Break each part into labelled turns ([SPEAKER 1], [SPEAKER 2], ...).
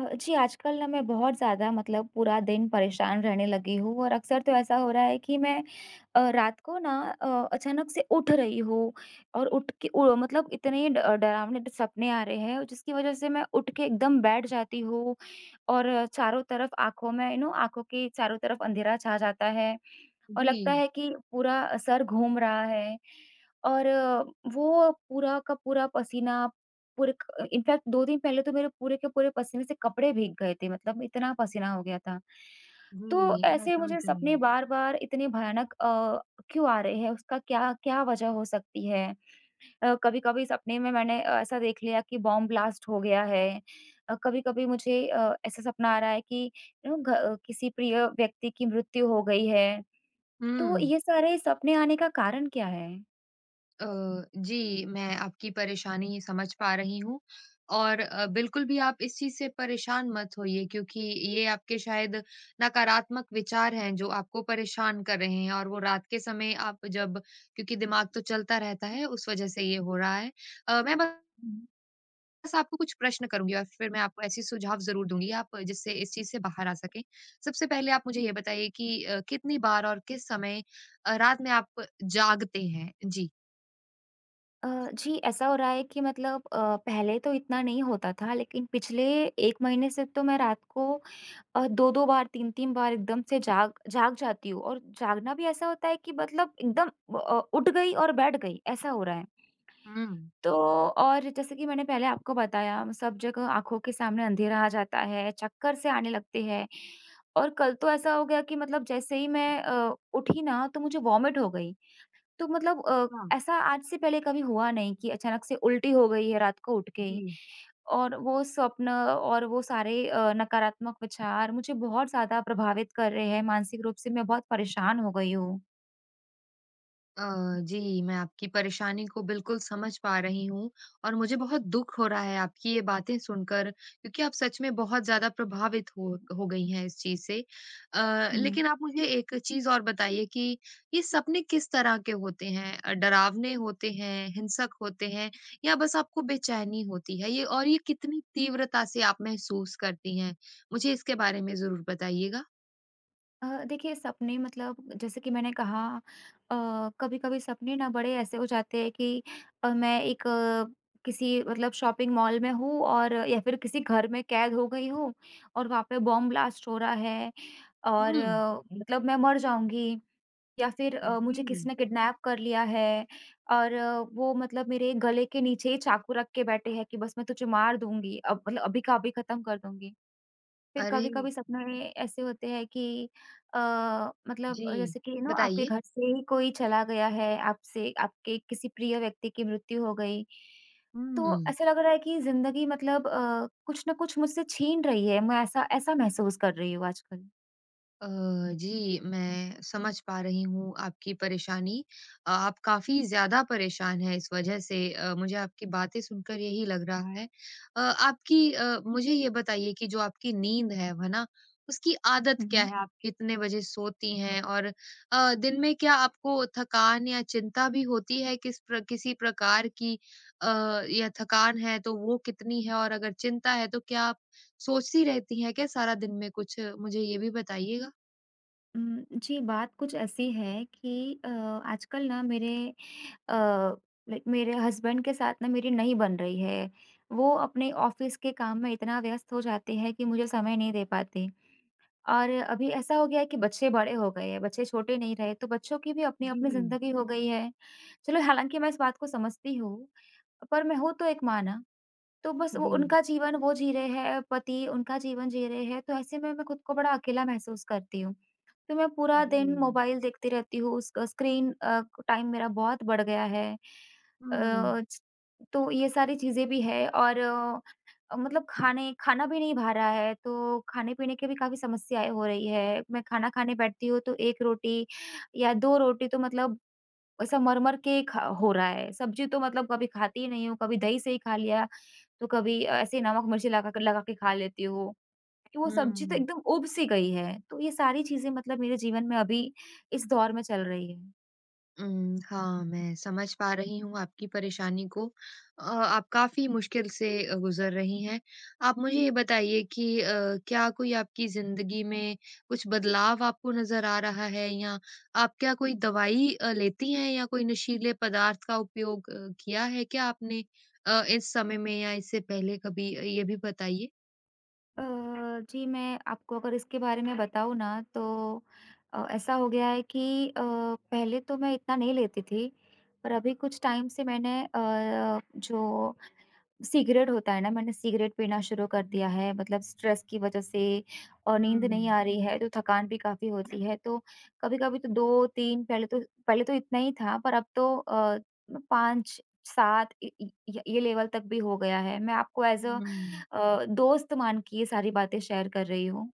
[SPEAKER 1] जी, आजकल ना मैं बहुत ज़्यादा मतलब पूरा दिन परेशान रहने लगी हूँ और अक्सर तो ऐसा हो रहा है कि मैं रात को ना अ, अचानक से उठ रही हूँ और उठ के उ मतलब इतने ड डरावने सपने आ रहे हैं जिसकी वज़ह से मैं उठ के एकदम बैठ जाती हूँ और चारों तरफ आँखों में आँखों के चारों तरफ अंधेरा छा जाता है और लगता
[SPEAKER 2] जी,
[SPEAKER 1] है कि पूरा सर घूम रहा है और वो पूरा का पूरा पसीना पूरे क इनफैक्ट 2 दिन पहले तो मेरे पूरे के पूरे पसीने से कपड़े भीग गए थे, मतलब इतना पसीना हो गया था। तो
[SPEAKER 2] जी, मैं
[SPEAKER 1] ऐसे
[SPEAKER 2] समझ
[SPEAKER 1] मुझे
[SPEAKER 2] रही
[SPEAKER 1] सपने
[SPEAKER 2] हूँ।
[SPEAKER 1] बार-बार इतने भयानक क्यों आ रहे हैं? उसका क्या क्या वजह हो सकती है? कभी-कभी सपने में मैंने ऐसा देख लिया कि बॉम्ब ब्लास्ट हो गया है। कभी-कभी मुझे ऐसा सपना आ रहा है कि किसी प्रिय व्यक्ति की मृत्यु हो गई है।
[SPEAKER 2] हुँ,
[SPEAKER 1] तो
[SPEAKER 2] हुँ।
[SPEAKER 1] ये सारे सपने आने का कारण क्या है?
[SPEAKER 2] अ, जी, मैं आपकी परेशानी समझ पा रही हूँ और बिल्कुल भी आप इस चीज़ से परेशान मत होइए क्योंकि ये आपके शायद नकारात्मक विचार हैं जो आपको परेशान कर रहे हैं और वो रात के समय आप जब क्योंकि दिमाग तो चलता रहता है, उस वज़ह से ये हो रहा है। मैं ब बस आपको कुछ प्रश्न करूँगी और फिर मैं आपको ऐसी सुझाव ज़रूर दूँगी आप जिससे इस चीज़ से बाहर आ सकें। सबसे पहले आप मुझे ये बताइए कि कितनी बार और किस समय रात में आप जागते हैं? जी।
[SPEAKER 1] जी, ऐसा हो रहा है कि मतलब पहले तो इतना नहीं होता था, लेकिन पिछले 1 महीने से तो मैं रात को 2-2 बार, 3-3 बार एकदम से जाग जाग जाती हूँ और जागना भी ऐसा होता है कि मतलब एकदम उठ गई और बैठ गई, ऐसा हो रहा है।
[SPEAKER 2] हुँ।
[SPEAKER 1] तो और जैसे कि मैंने पहले आपको बताया, सब जगह आँखों के सामने अंधेरा आ जाता है, चक्कर से आने लगते हैं और कल तो ऐसा हो गया कि मतलब जैसे ही मैं उठी ना, तो मुझे वॉमिट हो गई। तो मतलब
[SPEAKER 2] हाँ,
[SPEAKER 1] अ, ऐसा आज से पहले कभी हुआ नहीं कि अचानक से उल्टी हो गई है रात को उठ के
[SPEAKER 2] जी।
[SPEAKER 1] ही और वो स्वप्न और वो सारे नकारात्मक विचार मुझे बहुत ज़्यादा प्रभावित कर रहे हैं, मानसिक रूप से मैं बहुत परेशान हो गई हूँ।
[SPEAKER 2] अ, जी, मैं आपकी परेशानी को बिल्कुल समझ पा रही हूँ और मुझे बहुत दुःख हो रहा है आपकी ये बातें सुनकर क्योंकि आप सच में बहुत ज़्यादा प्रभावित हो गई हैं इस चीज़ से।
[SPEAKER 1] हुँ।
[SPEAKER 2] लेकिन आप मुझे एक चीज़ और बताइए कि ये सपने किस तरह के होते हैं? डरावने होते हैं, हिंसक होते हैं या बस आपको बेचैनी होती है? ये और ये कितनी तीव्रता से आप महसूस करती हैं? मुझे इसके बारे में ज़रूर बताइएगा।
[SPEAKER 1] देखिए सपने मतलब जैसे कि मैंने कहा कभी-कभी सपने ना बड़े ऐसे हो जाते हैं कि मैं एक किसी मतलब शॉपिंग मॉल में हूँ और या फिर किसी घर में कैद हो गई हूँ और वहाँ पे बॉम्ब ब्लास्ट हो रहा है और
[SPEAKER 2] हुँ,
[SPEAKER 1] मतलब मैं मर जाऊँगी या फिर मुझे
[SPEAKER 2] जी।
[SPEAKER 1] किसी ने किडनैप कर लिया है और वो मतलब मेरे गले के नीचे ही चाकू रख के बैठे हैं कि बस मैं तुझे मार दूँगी, अब मतलब अभी का अभी खत्म कर दूँगी। फिर
[SPEAKER 2] अरे!
[SPEAKER 1] कभी-कभी सपने ऐसे होते हैं कि अ, मतलब
[SPEAKER 2] जी,
[SPEAKER 1] जैसे कि आपके
[SPEAKER 2] बताइए।
[SPEAKER 1] घर से ही कोई चला गया है, आपसे आपके किसी प्रिय व्यक्ति की मृत्यु हो गई। तो
[SPEAKER 2] हम्म,
[SPEAKER 1] ऐसा लग रहा है कि ज़िंदगी मतलब कुछ ना कुछ मुझसे छीन रही है, मैं ऐसा ऐसा महसूस कर रही हूँ आजकल।
[SPEAKER 2] अ, जी, मैं समझ पा रही हूँ आपकी परेशानी। आप काफ़ी ज़्यादा परेशान हैं इस वजह से मुझे आपकी बातें सुनकर यही लग रहा है। आपकी मुझे ये बताइए कि जो आपकी नींद है ना? उसकी आदत क्या
[SPEAKER 1] हुँ।
[SPEAKER 2] है? आप कितने बजे सोती हैं? और दिन में क्या आपको थकान या चिंता भी होती है? किसी प्रकार की अ, या थकान है तो वो कितनी है? और अगर चिंता है तो क्या आप सोचती रहती हैं क्या सारा दिन में कुछ? मुझे ये भी बताइएगा।
[SPEAKER 1] जी, बात कुछ ऐसी है कि आजकल ना मेरे अ, लाइक मेरे हस्बैंड के साथ ना मेरी नहीं बन रही है। वो अपने ऑफ़िस के काम में इतना व्यस्त हो जाते हैं कि मुझे समय नहीं दे पाते और अभी ऐसा हो गया है कि बच्चे बड़े हो गए हैं, बच्चे छोटे नहीं रहे, तो बच्चों की भी अपनी-अपनी
[SPEAKER 2] जी,
[SPEAKER 1] ज़िंदगी हो गई है। चलो हालाँकि मैं इस बात को समझती हूँ, पर मैं हूँ तो एक माँ ना, तो बस वो
[SPEAKER 2] जी,
[SPEAKER 1] उनका जीवन वो जी रहे हैं, पति उनका जीवन जी रहे हैं, तो ऐसे में मैं खुद को बड़ा अकेला महसूस करती हूँ। तो मैं पूरा
[SPEAKER 2] जी।
[SPEAKER 1] दिन मोबाइल देखती रहती हूँ, उसका स्क्रीन टाइम मेरा बहुत बढ़ गया है। अ,
[SPEAKER 2] हुँ,
[SPEAKER 1] च तो ये सारी चीज़ें भी हैं और मतलब खाने खाना भी नहीं भा रहा है, तो खाने-पीने की भी काफ़ी समस्याएँ हो रही है। मैं खाना खाने बैठती हूँ, तो 1 रोटी या 2 रोटी तो मतलब ऐसा मर-मर के खा हो रहा है। सब्ज़ी तो मतलब कभी खाती ही नहीं हूँ, कभी दही से ही खा लिया, तो कभी ऐसे ही नमक-मिर्ची लगा के खा लेती हूँ। कि वो सब्ज़ी तो
[SPEAKER 2] हुँ,
[SPEAKER 1] एकदम उब सी गई है। तो ये सारी चीज़ें मतलब मेरे जीवन में अभी इस दौर में चल रही है।
[SPEAKER 2] हुँ, हाँ, मैं समझ पा रही हूँ आपकी परेशानी को। आप काफ़ी मुश्किल से गुज़र रही हैं। आप मुझे ये बताइए कि क्या कोई आपकी ज़िंदगी में कुछ बदलाव आपको नज़र आ रहा है या आप क्या कोई दवाई लेती हैं या कोई नशीले पदार्थ का उपयोग किया है क्या आपने इस समय में या इससे पहले कभी? ये भी बताइए।
[SPEAKER 1] अ, जी मैं आपको अगर इसके बारे में बताऊँ ना तो ऐसा हो गया है कि पहले तो मैं इतना नहीं लेती थी, पर अभी कुछ टाइम से मैंने जो सिगरेट होता है ना, मैंने सिगरेट पीना शुरू कर दिया है, मतलब स्ट्रेस की वज़ह से और नींद नहीं
[SPEAKER 2] हुँ,
[SPEAKER 1] आ रही है, तो थकान भी काफ़ी होती है। तो कभी-कभी तो 2-3 पहले तो पहले तो इतना ही था, पर अब तो 5-7 इ इ य ये लेवल तक भी हो गया है। मैं आपको एज़ अ
[SPEAKER 2] हुँ।
[SPEAKER 1] अ, दोस्त मान के ये सारी बातें शेयर कर रही हूँ।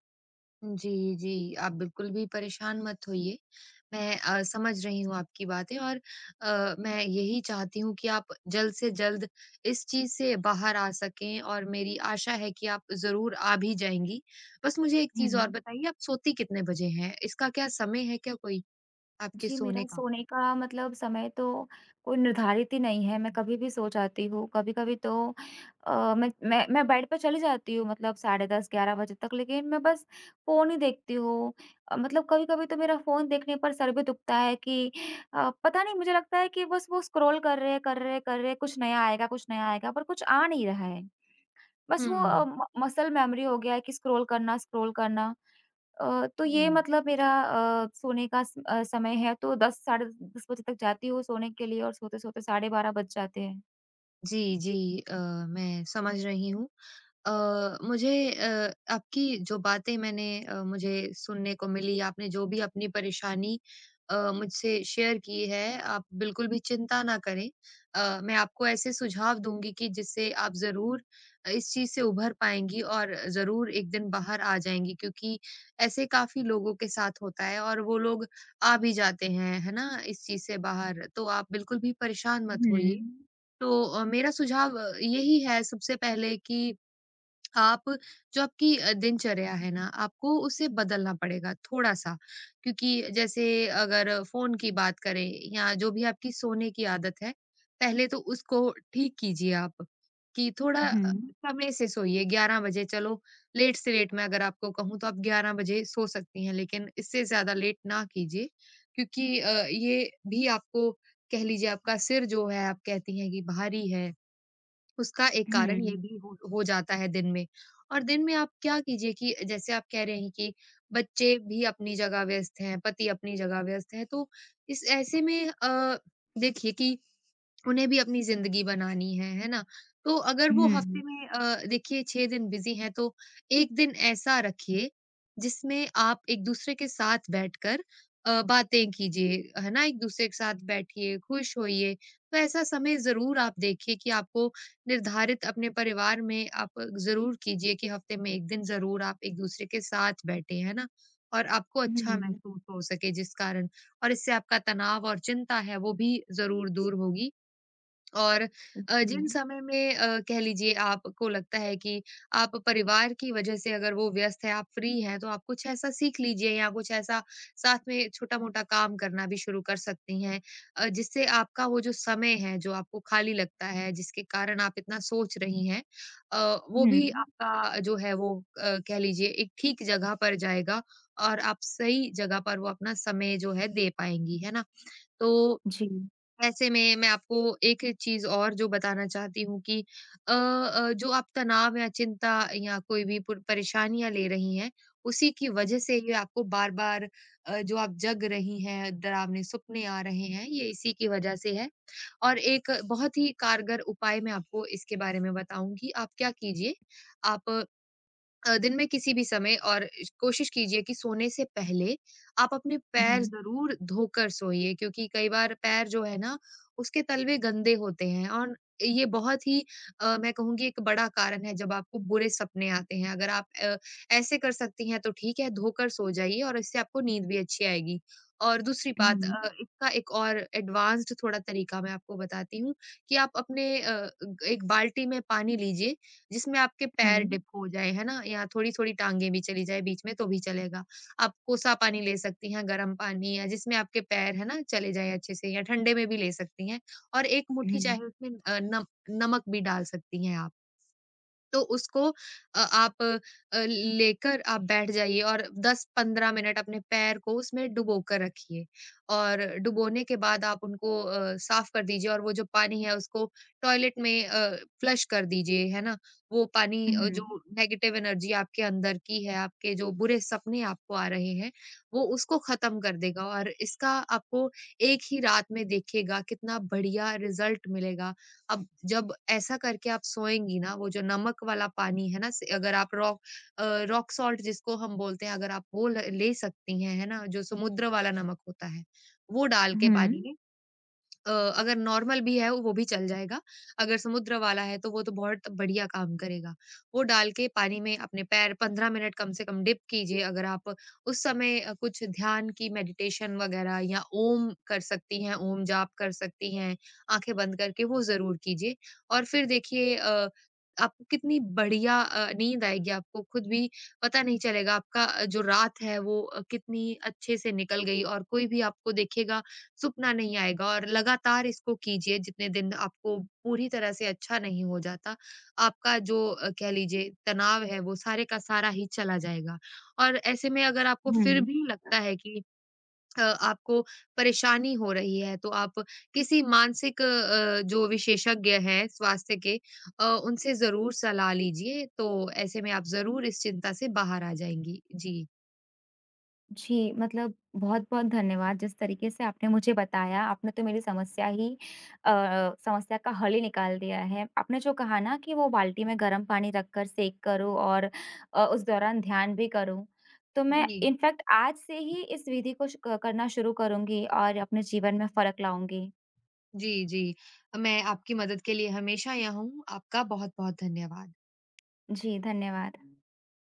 [SPEAKER 2] जी, जी। आप बिल्कुल भी परेशान मत होइए। मैं समझ रही हूँ आपकी बातें और मैं यही चाहती हूँ कि आप जल्द से जल्द इस चीज़ से बाहर आ सकें और मेरी आशा है कि आप ज़रूर आ भी जाएँगी। बस मुझे एक चीज़ और
[SPEAKER 1] हुँ।
[SPEAKER 2] बताइए आप सोती कितने बजे हैं? इसका क्या समय है क्या कोई आपके
[SPEAKER 1] जी,
[SPEAKER 2] सोने
[SPEAKER 1] मेरा
[SPEAKER 2] का?
[SPEAKER 1] सोने का मतलब समय तो कोई निर्धारित ही नहीं है, मैं कभी भी सो जाती हूँ। कभी-कभी तो मैं बेड पे चली जाती हूँ मतलब साढ़े 10 11 बजे तक, लेकिन मैं बस फ़ोन ही देखती हूँ। मतलब कभी-कभी तो मेरा फ़ोन देखने पर सर भी दुखता है कि पता नहीं मुझे लगता है कि बस वो स्क्रॉल कर रहे हैं, कर रहे हैं, कर रहे हैं, कुछ नया आएगा, पर कुछ आ नहीं रहा है। बस वो अ,
[SPEAKER 2] हुँ,
[SPEAKER 1] म मसल मेमोरी हो गया है कि स्क्रॉल करना, स्क्रॉल करना। तो ये
[SPEAKER 2] हुँ।
[SPEAKER 1] मतलब मेरा सोने का समय है तो 10 साढ़े 10 बजे तक जाती हूँ सोने के लिए और सोते-सोते साढ़े 12 बज जाते हैं।
[SPEAKER 2] जी, जी। मैं समझ रही हूँ। मुझे आपकी जो बातें मैंने मुझे सुनने को मिली, आपने जो भी अपनी परेशानी मुझसे शेयर की है, आप बिल्कुल भी चिंता ना करें। मैं आपको ऐसे सुझाव दूँगी कि जिससे आप ज़रूर इस चीज़ से उभर पाएँगी और ज़रूर एक दिन बाहर आ जाएँगी क्योंकि ऐसे काफ़ी लोगों के साथ होता है और वो लोग आ भी जाते हैं, है ना, इस चीज़ से बाहर। तो आप बिल्कुल भी परेशान मत
[SPEAKER 1] हुँ,
[SPEAKER 2] होइए। तो मेरा सुझाव यही है सबसे पहले कि आप जो आपकी दिनचर्या है ना, आपको उसे बदलना पड़ेगा थोड़ा-सा। क्योंकि जैसे अगर फ़ोन की बात करें या जो भी आपकी सोने की आदत है, पहले तो उसको ठीक कीजिए आप, कि थोड़ा
[SPEAKER 1] हुँ,
[SPEAKER 2] समय से सोइए 11 बजे चलो, लेट से लेट मैं अगर आपको कहूँ तो आप 11 बजे सो सकती हैं, लेकिन इससे ज़्यादा लेट ना कीजिए। क्योंकि ये भी आपको कह लीजिए आपका सिर जो है, आप कहती हैं कि भारी है उसका एक कारण ये
[SPEAKER 1] हुँ,
[SPEAKER 2] भी हो जाता है दिन में। और दिन में आप क्या कीजिए कि जैसे आप कह रहे हैं कि बच्चे भी अपनी जगह व्यस्त हैं, पति अपनी जगह व्यस्त है, तो इस ऐसे में देखिए कि उन्हें भी अपनी ज़िंदगी बनानी है ना? तो अगर वो जी।
[SPEAKER 1] हुँ,
[SPEAKER 2] हफ्ते में देखिए 6 दिन बिज़ी हैं तो 1 दिन ऐसा रखिए जिसमें आप एक-दूसरे के साथ बैठकर बातें कीजिए, है ना? एक-दूसरे के साथ बैठिए, खुश होइए, तो ऐसा समय ज़रूर आप देखिए कि आपको निर्धारित अपने परिवार में आप ज़रूर कीजिए कि हफ्ते में 1 दिन ज़रूर आप एक-दूसरे के साथ बैठें, है ना? और आपको अच्छा
[SPEAKER 1] हुँ,
[SPEAKER 2] महसूस हो सके जिस कारण और इससे आपका तनाव और चिंता है वो भी ज़रूर दूर होगी। और जिन
[SPEAKER 1] जी,
[SPEAKER 2] समय में कह लीजिए आपको लगता है कि आप परिवार की वजह से अगर वो व्यस्त है, आप फ्री हैं, तो आप कुछ ऐसा सीख लीजिए या कुछ ऐसा साथ में छोटा-मोटा काम करना भी शुरू कर सकती हैं। जिससे आपका वो जो समय है, जो आपको खाली लगता है, जिसके कारण आप इतना सोच रही हैं वो
[SPEAKER 1] हुँ,
[SPEAKER 2] भी आपका जो है वो कह लीजिए एक ठीक जगह पर जाएगा और आप सही जगह पर वो अपना समय जो है दे पाएँगी, है ना? तो
[SPEAKER 1] जी,
[SPEAKER 2] ऐसे में मैं आपको एक चीज़ और जो बताना चाहती हूँ कि जो आप तनाव या चिंता या कोई भी पुर परेशानियाँ ले रही हैं, उसी की वज़ह से ये आपको बार-बार जो आप जग रही हैं, डरावने सपने आ रहे हैं, ये इसी की वज़ह से है। और एक बहुत ही कारगर उपाय मैं आपको इसके बारे में बताऊँगी। आप क्या कीजिए, आप दिन में किसी भी समय और श कोशिश कीजिए कि सोने से पहले आप अपने पैर
[SPEAKER 1] हुँ,
[SPEAKER 2] ज़रूर धोकर सोइए क्योंकि कई बार पैर जो है ना, उसके तलवे गंदे होते हैं और ये बहुत ही मैं कहूँगी एक बड़ा कारण है जब आपको बुरे सपने आते हैं। अगर आप ऐसे कर सकती हैं तो ठीक है, धोकर सो जाइए और इससे आपको नींद भी अच्छी आएगी। और दूसरी बात
[SPEAKER 1] हुँ,
[SPEAKER 2] इसका एक और एडवांस्ड थोड़ा तरीका मैं आपको बताती हूँ कि आप अपने अ, ग एक बाल्टी में पानी लीजिए जिसमें आपके पैर
[SPEAKER 1] हुँ,
[SPEAKER 2] डिप हो जाए, है ना? या थोड़ी-थोड़ी टाँगें भी चली जाए बीच में तो भी चलेगा। आप कोसा पानी ले सकती हैं, गर्म पानी या जिसमें आपके पैर है ना चले जाएँ अच्छे से या ठंडे में भी ले सकती हैं और एक मुट्ठी चाहे उसमें नम नमक भी डाल सकती हैं आप। तो उसको अ, आप अ, लेकर आप बैठ जाइए और 10-15 मिनट अपने पैर को उसमें डुबो कर रखिए और डुबोने के बाद आप उनको साफ कर दीजिए और वो जो पानी है उसको टॉयलेट में फ्लश कर दीजिए, है ना? वो पानी
[SPEAKER 1] हुँ, हुँ,
[SPEAKER 2] जो नेगेटिव एनर्जी आपके अंदर की है, आपके जो बुरे सपने आपको आ रहे हैं, वो उसको खत्म कर देगा और इसका आपको एक ही रात में देखिएगा कितना बढ़िया रिजल्ट मिलेगा। अब जब ऐसा करके आप सोएँगी ना, वो जो नमक वाला पानी है ना, स अगर आप रॉक अ, रॉक सॉल्ट जिसको हम बोलते हैं, अगर आप वो ल ले सकती हैं, है ना? जो समुद्र वाला नमक होता है, वो डाल के
[SPEAKER 1] हुँ,
[SPEAKER 2] पानी में अ, अगर नॉर्मल भी है वो भी चल जाएगा, अगर समुद्र वाला है तो वो तो बहुत बढ़िया काम करेगा। वो डाल के पानी में अपने पैर 15 मिनट कम से कम डिप कीजिए अगर आप उस समय कुछ ध्यान की मेडिटेशन वगैरह या ओम कर सकती हैं, ओम जाप कर सकती हैं, आँखें बंद करके वो ज़रूर कीजिए। और फिर देखिए आपको कितनी बढ़िया नींद आएगी, आपको खुद भी पता नहीं चलेगा आपका जो रात है वो कितनी अच्छे से निकल गई और कोई भी आपको देखेगा सुपना नहीं आएगा और लगातार इसको कीजिए जितने दिन आपको पूरी तरह से अच्छा नहीं हो जाता, आपका जो कह लीजिए तनाव है वो सारे का सारा ही चला जाएगा। और ऐसे में अगर आपको फिर
[SPEAKER 1] हुँ।
[SPEAKER 2] भी लगता है कि आपको परेशानी हो रही है तो आप किसी मानसिक जो विशेषज्ञ हैं स्वास्थ्य के उनसे ज़रूर सलाह लीजिए, तो ऐसे में आप ज़रूर इस चिंता से बाहर आ जाएँगी। जी।
[SPEAKER 1] जी, मतलब बहुत-बहुत धन्यवाद जिस तरीके से आपने मुझे बताया, आपने तो मेरी अ, समस्या का हल ही निकाल दिया है। आपने जो कहा ना कि वो बाल्टी में गर्म पानी रखकर सेंक करो और उस दौरान ध्यान भी करूँ, तो मैं
[SPEAKER 2] जी।
[SPEAKER 1] इनफैक्ट आज से ही इस विधि को श क करना शुरू करूँगी और अपने जीवन में फ़र्क लाऊँगी।
[SPEAKER 2] जी, जी। मैं आपकी मदद के लिए हमेशा यहाँ हूँ। आपका बहुत-बहुत धन्यवाद।
[SPEAKER 1] जी, धन्यवाद।